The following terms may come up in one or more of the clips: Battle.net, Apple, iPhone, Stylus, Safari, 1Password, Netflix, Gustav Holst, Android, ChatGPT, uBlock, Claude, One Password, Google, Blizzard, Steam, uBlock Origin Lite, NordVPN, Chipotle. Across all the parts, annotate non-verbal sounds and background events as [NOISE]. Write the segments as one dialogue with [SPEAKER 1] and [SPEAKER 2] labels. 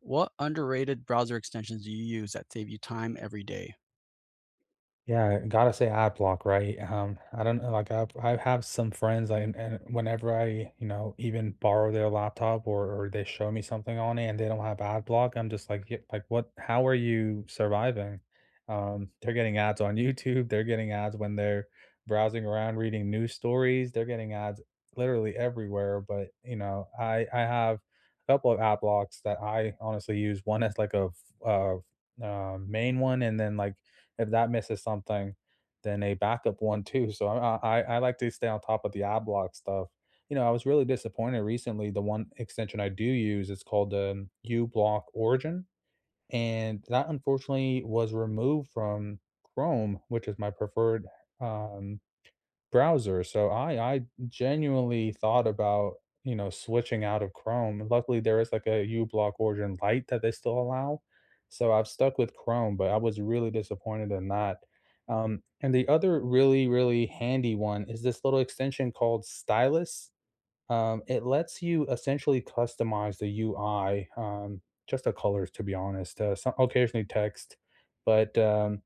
[SPEAKER 1] What underrated browser extensions do you use that save you time every day?
[SPEAKER 2] Yeah, gotta say ad block, right? I don't know, like I have some friends, like, and whenever I, even borrow their laptop or they show me something on it and they don't have ad block, I'm just like, "Yeah, like what? How are you surviving? They're getting ads on YouTube, they're getting ads when they're browsing around reading news stories, they're getting ads literally everywhere. But I have a couple of ad blocks that I honestly use. One as like a main one, and then like if that misses something, then a backup one too. So I like to stay on top of the iBlock stuff. You know, I was really disappointed recently. The one extension I do use is called uBlock Origin, and that unfortunately was removed from Chrome, which is my preferred um, browser, so I genuinely thought about, switching out of Chrome. Luckily, there is, like, a uBlock Origin Lite that they still allow, so I've stuck with Chrome, but I was really disappointed in that. And the other really, really handy one is this little extension called Stylus. It lets you essentially customize the UI, just the colors, to be honest, so occasionally text, but,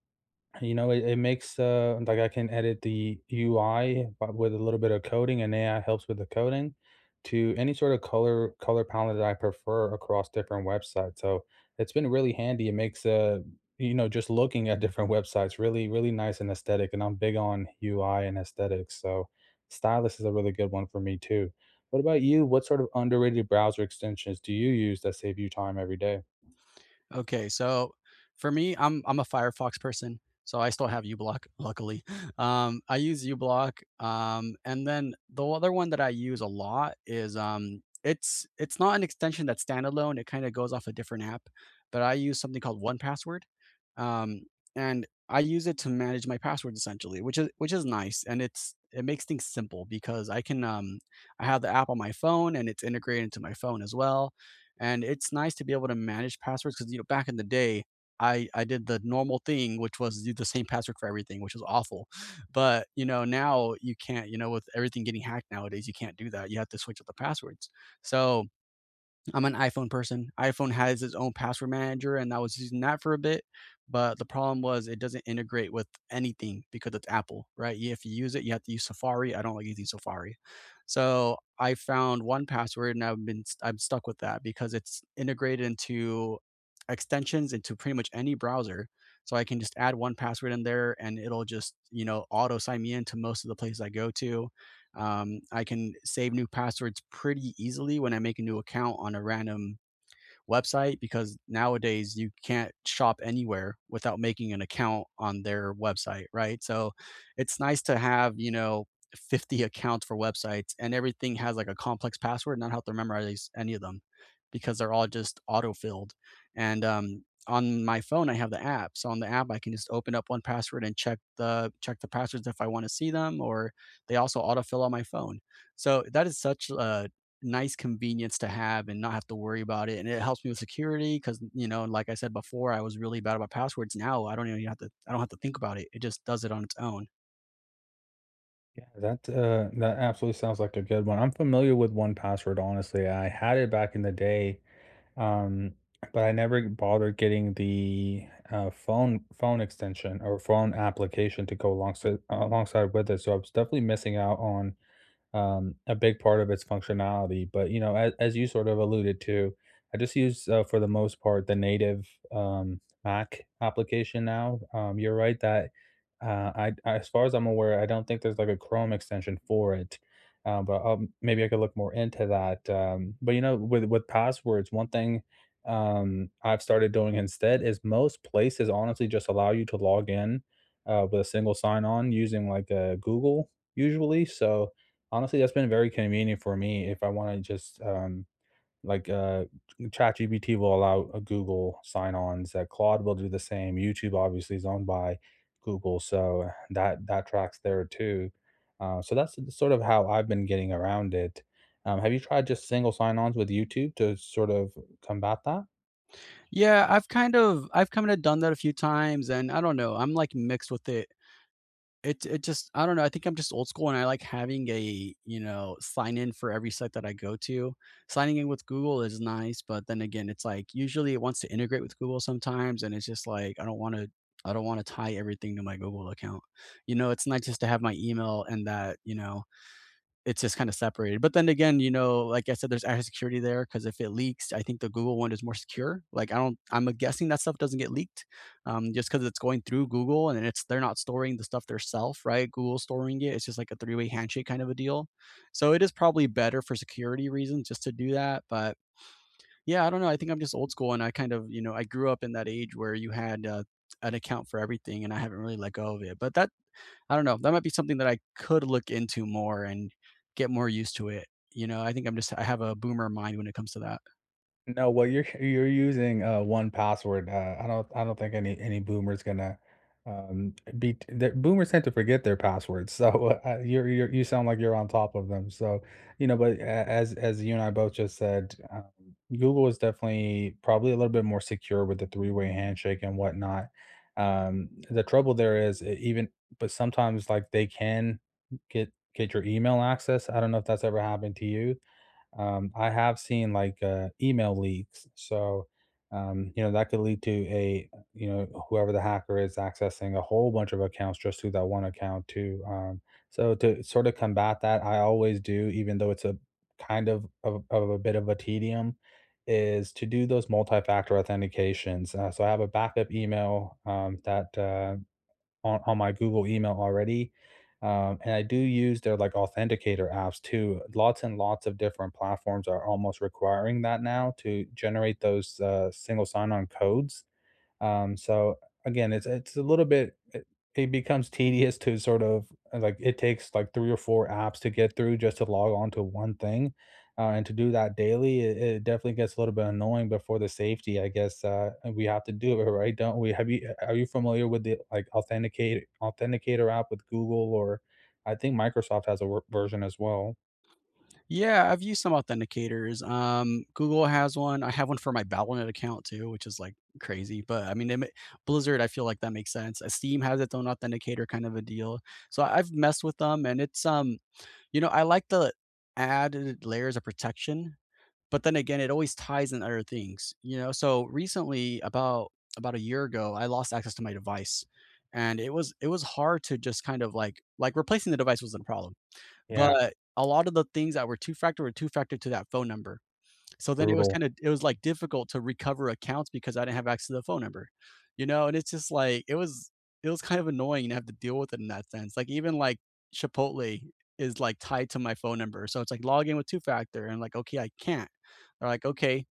[SPEAKER 2] it makes like I can edit the UI but with a little bit of coding and AI helps with the coding to any sort of color palette that I prefer across different websites. So it's been really handy. It makes just looking at different websites really really nice and aesthetic. And I'm big on UI and aesthetics. So Stylus is a really good one for me too. What about you? What sort of underrated browser extensions do you use that save you time every day?
[SPEAKER 1] Okay, so for me, I'm a Firefox person, so I still have uBlock, luckily. [LAUGHS] I use uBlock, and then the other one that I use a lot is it's not an extension that's standalone. It kind of goes off a different app, but I use something called One Password, um, and I use it to manage my passwords essentially, which is nice, and it's it makes things simple because I can I have the app on my phone and it's integrated into my phone as well, and it's nice to be able to manage passwords because you know back in the day, I did the normal thing, which was do the same password for everything, which was awful. But you know now you can't. You know with everything getting hacked nowadays, you can't do that. You have to switch up the passwords. So I'm an iPhone person. iPhone has its own password manager, and I was using that for a bit. But the problem was it doesn't integrate with anything because it's Apple, right? You- If you use it, you have to use Safari. I don't like using Safari. So I found one password and I'm stuck with that because it's integrated into extensions into pretty much any browser. So I can just add one password in there and it'll just, you know, auto sign me into most of the places I go to. I can save new passwords pretty easily when I make a new account on a random website because nowadays you can't shop anywhere without making an account on their website, right? So it's nice to have, you know, 50 accounts for websites and everything has like a complex password, not have to memorize any of them because they're all just auto-filled. And on my phone I have the app. So on the app I can just open up one password and check the passwords if I want to see them, or they also autofill on my phone. So that is such a nice convenience to have and not have to worry about it. And it helps me with security because, you know, like I said before, I was really bad about passwords. Now I don't even have to, I don't have to think about it. It just does it on its own.
[SPEAKER 2] Yeah, that, that absolutely sounds like a good one. I'm familiar with 1Password, honestly. I had it back in the day, um, but I never bothered getting the, phone extension or phone application to go alongside with it, so I was definitely missing out on a big part of its functionality. But as you sort of alluded to, I just use for the most part the native Mac application now. You're right that uh, I, as far as I'm aware, I don't think there's like a Chrome extension for it. But I maybe I could look more into that. But you know, with passwords, one thing I've started doing instead is most places honestly just allow you to log in with a single sign on using like a Google usually. So honestly, that's been very convenient for me if I wanna just, like, uh, ChatGPT will allow a Google sign-ons, that Claude will do the same, YouTube obviously is owned by Google, so that tracks there too. So that's sort of how I've been getting around it. Have you tried just single sign-ons with YouTube to sort of combat that?
[SPEAKER 1] Yeah, I've kind of done that a few times and I don't know, I'm like mixed with it. It just I don't know. I think I'm just old school and I like having a, you know, sign in for every site that I go to. Signing in with Google is nice, but then again, it's like usually it wants to integrate with Google sometimes and it's just like I don't want to tie everything to my Google account. You know, it's nice just to have my email and that, you know, it's just kind of separated. But then again, you know, like I said, there's added security there because if it leaks, I think the Google one is more secure. Like I'm guessing that stuff doesn't get leaked, just because it's going through Google and it's they're not storing the stuff themselves, right? Google storing it. It's just like a three-way handshake kind of a deal. So it is probably better for security reasons just to do that. But yeah, I don't know. I think I'm just old school, and I kind of, you know, I grew up in that age where you had an account for everything, and I haven't really let go of it. But that I don't know. That might be something that I could look into more and get more used to it. You know, I think I'm just I have a boomer mind when it comes to that.
[SPEAKER 2] No, well, you're [LAUGHS] you're using one password. I don't think any boomer's gonna be. The, boomers tend to forget their passwords, so [LAUGHS] you're you sound like you're on top of them. So you know, but as you and I both just said, Google is definitely probably a little bit more secure with the three-way handshake and whatnot. The trouble there is but sometimes like they can get your email access. I don't know if that's ever happened to you. I have seen like email leaks, so you know that could lead to a you know whoever the hacker is accessing a whole bunch of accounts just through that one account too. So to sort of combat that, I always do, even though it's a kind of a bit of a tedium, is to do those multi-factor authentications. So I have a backup email that on my Google email already. And I do use their like authenticator apps too. Lots and lots of different platforms are almost requiring that now to generate those single sign on codes. Um, so again, it's a little bit it becomes tedious to sort of like it takes like three or four apps to get through just to log on to one thing. And to do that daily, it definitely gets a little bit annoying. But for the safety, I guess we have to do it, [LAUGHS] right? Don't we? Have you? Are you familiar with the like authenticate authenticator app with Google or I think Microsoft has a version as well.
[SPEAKER 1] Yeah, I've used some authenticators. Google has one. I have one for my Battle.net account too, which is like crazy. But I mean, Blizzard, I feel like that makes sense. Steam has its own authenticator kind of a deal. So I've messed with them, and it's you know, I like the added layers of protection, but then again, it always ties in other things, you know? So recently, about a year ago, I lost access to my device. And it was hard to just kind of like replacing the device wasn't a problem.
[SPEAKER 2] Yeah,
[SPEAKER 1] But a lot of the things that were two factor to that phone number. So then
[SPEAKER 2] brutal.
[SPEAKER 1] it was, like, difficult to recover accounts because I didn't have access to the phone number, you know, and it's just, like, it was kind of annoying to have to deal with it in that sense, like, even, like, Chipotle is, like, tied to my phone number, so it's, like, log in with two-factor, and, like, okay, I can't. They're, like, "Okay,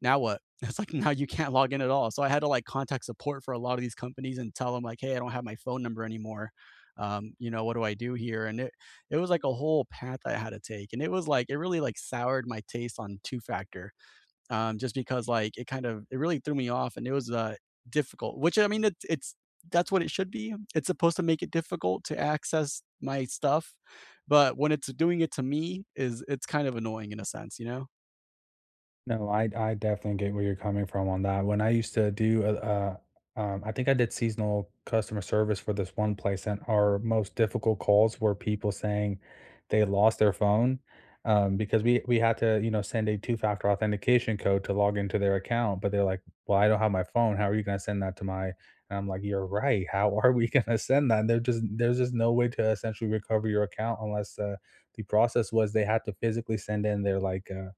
[SPEAKER 1] now what?" [LAUGHS] It's, like, now you can't log in at all, so I had to, like, contact support for a lot of these companies and tell them, like, "Hey, I don't have my phone number anymore, you know, what do I do here?" And it was, like, a whole path I had to take, and it was, like it really, like, soured my taste on two-factor just because like it kind of it really threw me off, and it was difficult. Which I mean, it's that's what it should be. It's supposed to make it difficult to access my stuff, but when it's doing it to me, is it's kind of annoying in a sense, you know.
[SPEAKER 2] No, I definitely get where you're coming from on that. When I used to do, I think I did seasonal customer service for this one place, and our most difficult calls were people saying they lost their phone, because we had to, you know, send a two-factor authentication code to log into their account, but they're like, "Well, I don't have my phone. How are you gonna send that to my?" And I'm like, "You're right. How [LAUGHS] are we gonna send that?" And they're just there's just no way to essentially recover your account unless the process was they had to physically send in their like.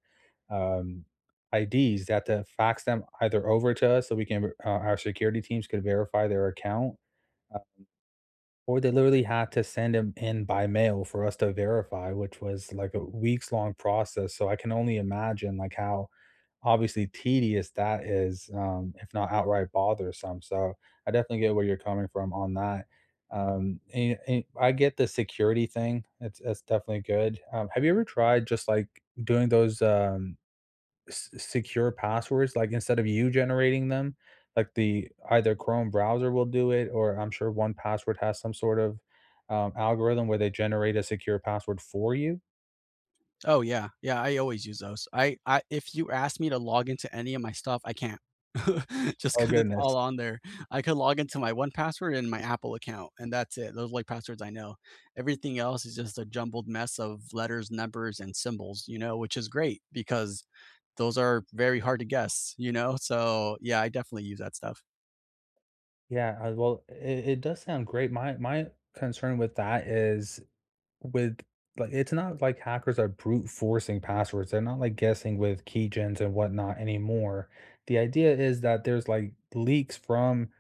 [SPEAKER 2] um, IDs. They have to fax them either over to us so we can, our security teams could verify their account, uh, or they literally had to send them in by mail for us to verify, which was like a weeks long process. So I can only imagine like how obviously tedious that is, if not outright bothersome. So I definitely get where you're coming from on that. And I get the security thing. It's definitely good. Have you ever tried just like doing those? Secure passwords, like, instead of you generating them, like, the either Chrome browser will do it, or I'm sure 1Password has some sort of, algorithm where they generate a secure password for you.
[SPEAKER 1] Oh, yeah. Yeah, I always use those. I if you ask me to log into any of my stuff, I can't. [LAUGHS] Just
[SPEAKER 2] Oh,
[SPEAKER 1] 'cause it's
[SPEAKER 2] goodness.
[SPEAKER 1] all on there. I could log into my 1Password and my Apple account, and that's it. Those are, like, passwords I know. Everything else is just a jumbled mess of letters, numbers, and symbols, you know, which is great because those are very hard to guess, you know? So, yeah, I definitely use that stuff.
[SPEAKER 2] Yeah, well, I it does sound great. My concern with that is with like, it's not like hackers are brute forcing passwords. They're not, like, guessing with keygens and whatnot anymore. The idea is that there's, like, leaks from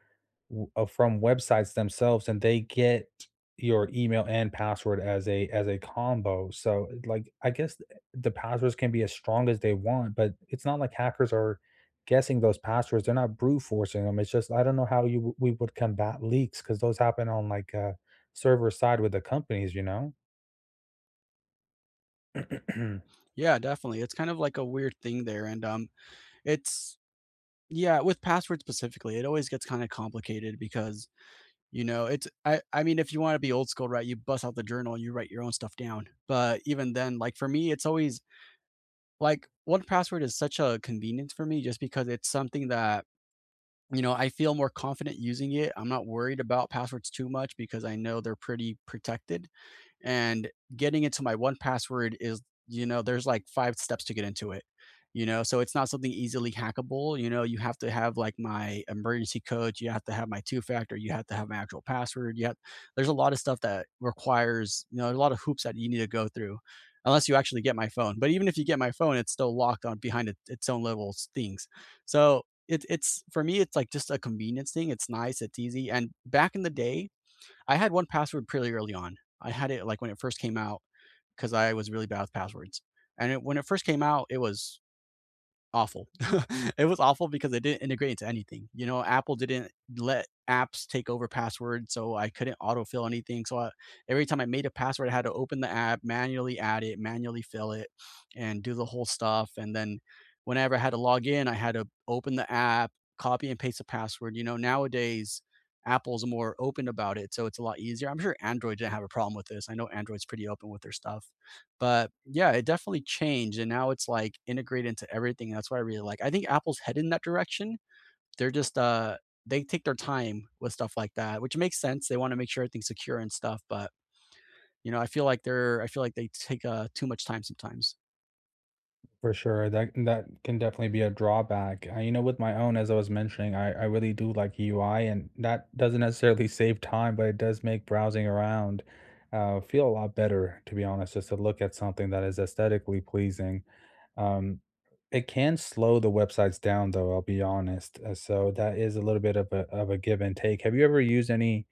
[SPEAKER 2] from websites themselves and they get your email and password as a combo, so like I guess the passwords can be as strong as they want, but it's not like hackers are guessing those passwords, they're not brute forcing them. It's just I don't know how you we would combat leaks, because those happen on like server side with the companies, you know. [CLEARS THROAT]
[SPEAKER 1] Yeah, definitely. It's kind of like a weird thing there, and, it's yeah, with passwords specifically, it always gets kinda complicated because you know, it's I mean, if you wanna be old school, right, you bust out the journal and you write your own stuff down. But even then, like, for me, it's always like, 1Password is such a convenience for me just because it's something that, you know, I feel more confident using it. I'm not worried about passwords too much because I know they're pretty protected, and getting into my one password is, you know, there's like 5 steps to get into it, you know, so it's not something easily hackable. You know, you have to have like my emergency code, you have to have my two factor, you have to have my actual password, there's a lot of stuff that requires, you know, a lot of hoops that you need to go through unless you actually get my phone, but even if you get my phone it's still locked on behind it, its own little things. So it's for me it's like just a convenience thing, it's nice, it's easy, and back in the day I had 1Password pretty early on. I had it, like, when it first came out because I was really bad with passwords, and it when it first came out, it was awful. [LAUGHS] It was awful because it didn't integrate into anything, you know, Apple didn't let apps take over passwords, so I couldn't autofill anything, so I every time I made a password, I had to open the app, manually add it, manually fill it, and do the whole stuff, and then whenever I had to log in, I had to open the app, copy and paste the password. You know, nowadays, Apple's more open about it, so it's a lot easier. I'm sure Android didn't have a problem with this. I know Android's pretty open with their stuff. But, yeah, it definitely changed, and now it's, like, integrated into everything, that's what I really like. I think Apple's headed in that direction. They're just, they take their time with stuff like that, which makes sense, they wanna make sure everything's secure and stuff, but, you know, I feel like they take, too much time sometimes.
[SPEAKER 2] For sure, that can definitely be a drawback. You know, with my own, as I was mentioning, I really do like UI, and that doesn't necessarily save time, but it does make browsing around feel a lot better, to be honest, just to look at something that is aesthetically pleasing. Um, it can slow the websites down, though, I'll be honest. So that is a little bit of a give and take. Have you ever used any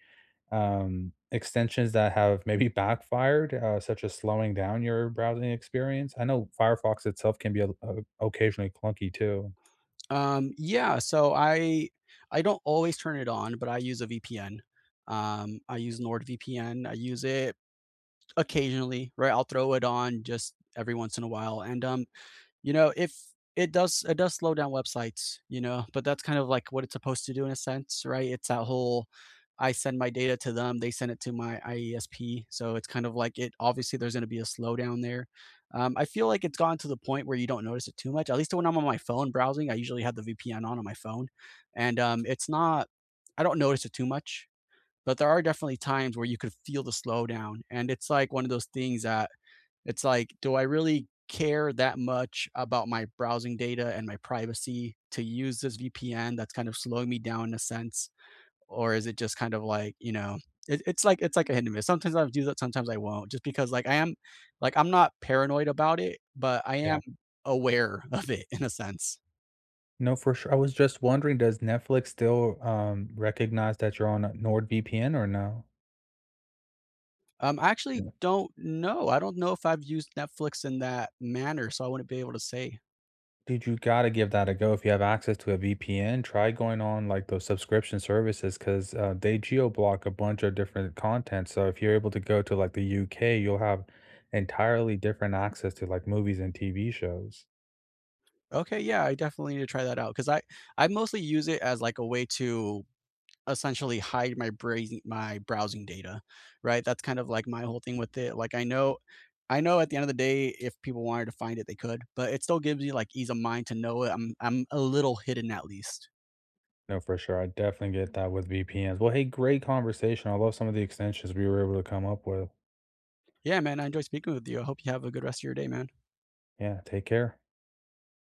[SPEAKER 2] extensions that have maybe backfired, such as slowing down your browsing experience? I know Firefox itself can be occasionally clunky too.
[SPEAKER 1] Yeah, so I don't always turn it on, but I use a VPN. I use NordVPN, I use it occasionally, right? I'll throw it on just every once in a while, and, you know, if it does slow down websites, you know, but that's kind of like what it's supposed to do in a sense, right? It's that whole I send my data to them, they send it to my IESP. So it's kind of like it obviously there's going to be a slowdown there. I feel like it's gotten to the point where you don't notice it too much. At least when I'm on my phone browsing, I usually have the VPN on my phone, and it's not. I don't notice it too much, but there are definitely times where you could feel the slowdown, and it's like one of those things that it's like, do I really care that much about my browsing data and my privacy to use this VPN that's kind of slowing me down in a sense? Or is it just kind of like, you know, it's like a hit and miss. Sometimes I'll do that, sometimes I won't, just because like I am like I'm not paranoid about it, but I am
[SPEAKER 2] Yeah.
[SPEAKER 1] aware of it in a sense.
[SPEAKER 2] No, for sure. I was just wondering, does Netflix still recognize that you're on a NordVPN or no?
[SPEAKER 1] I actually don't know. I don't know if I've used Netflix in that manner, so I wouldn't be able to say.
[SPEAKER 2] Dude, you gotta give that a go if you have access to a VPN. Try going on like those subscription services because they geo block a bunch of different content. So if you're able to go to like the UK, you'll have entirely different access to like movies and TV shows.
[SPEAKER 1] Okay, yeah, I definitely need to try that out because I mostly use it as like a way to essentially hide my browsing data, right? That's kind of like my whole thing with it. Like I know at the end of the day, if people wanted to find it, they could, but it still gives you like ease of mind to know it. I'm a little hidden at least.
[SPEAKER 2] No, for sure. I definitely get that with VPNs. Well, hey, great conversation. I love some of the extensions we were able to come up with.
[SPEAKER 1] Yeah, man, I enjoyed speaking with you. I hope you have a good rest of your day, man.
[SPEAKER 2] Yeah, take care.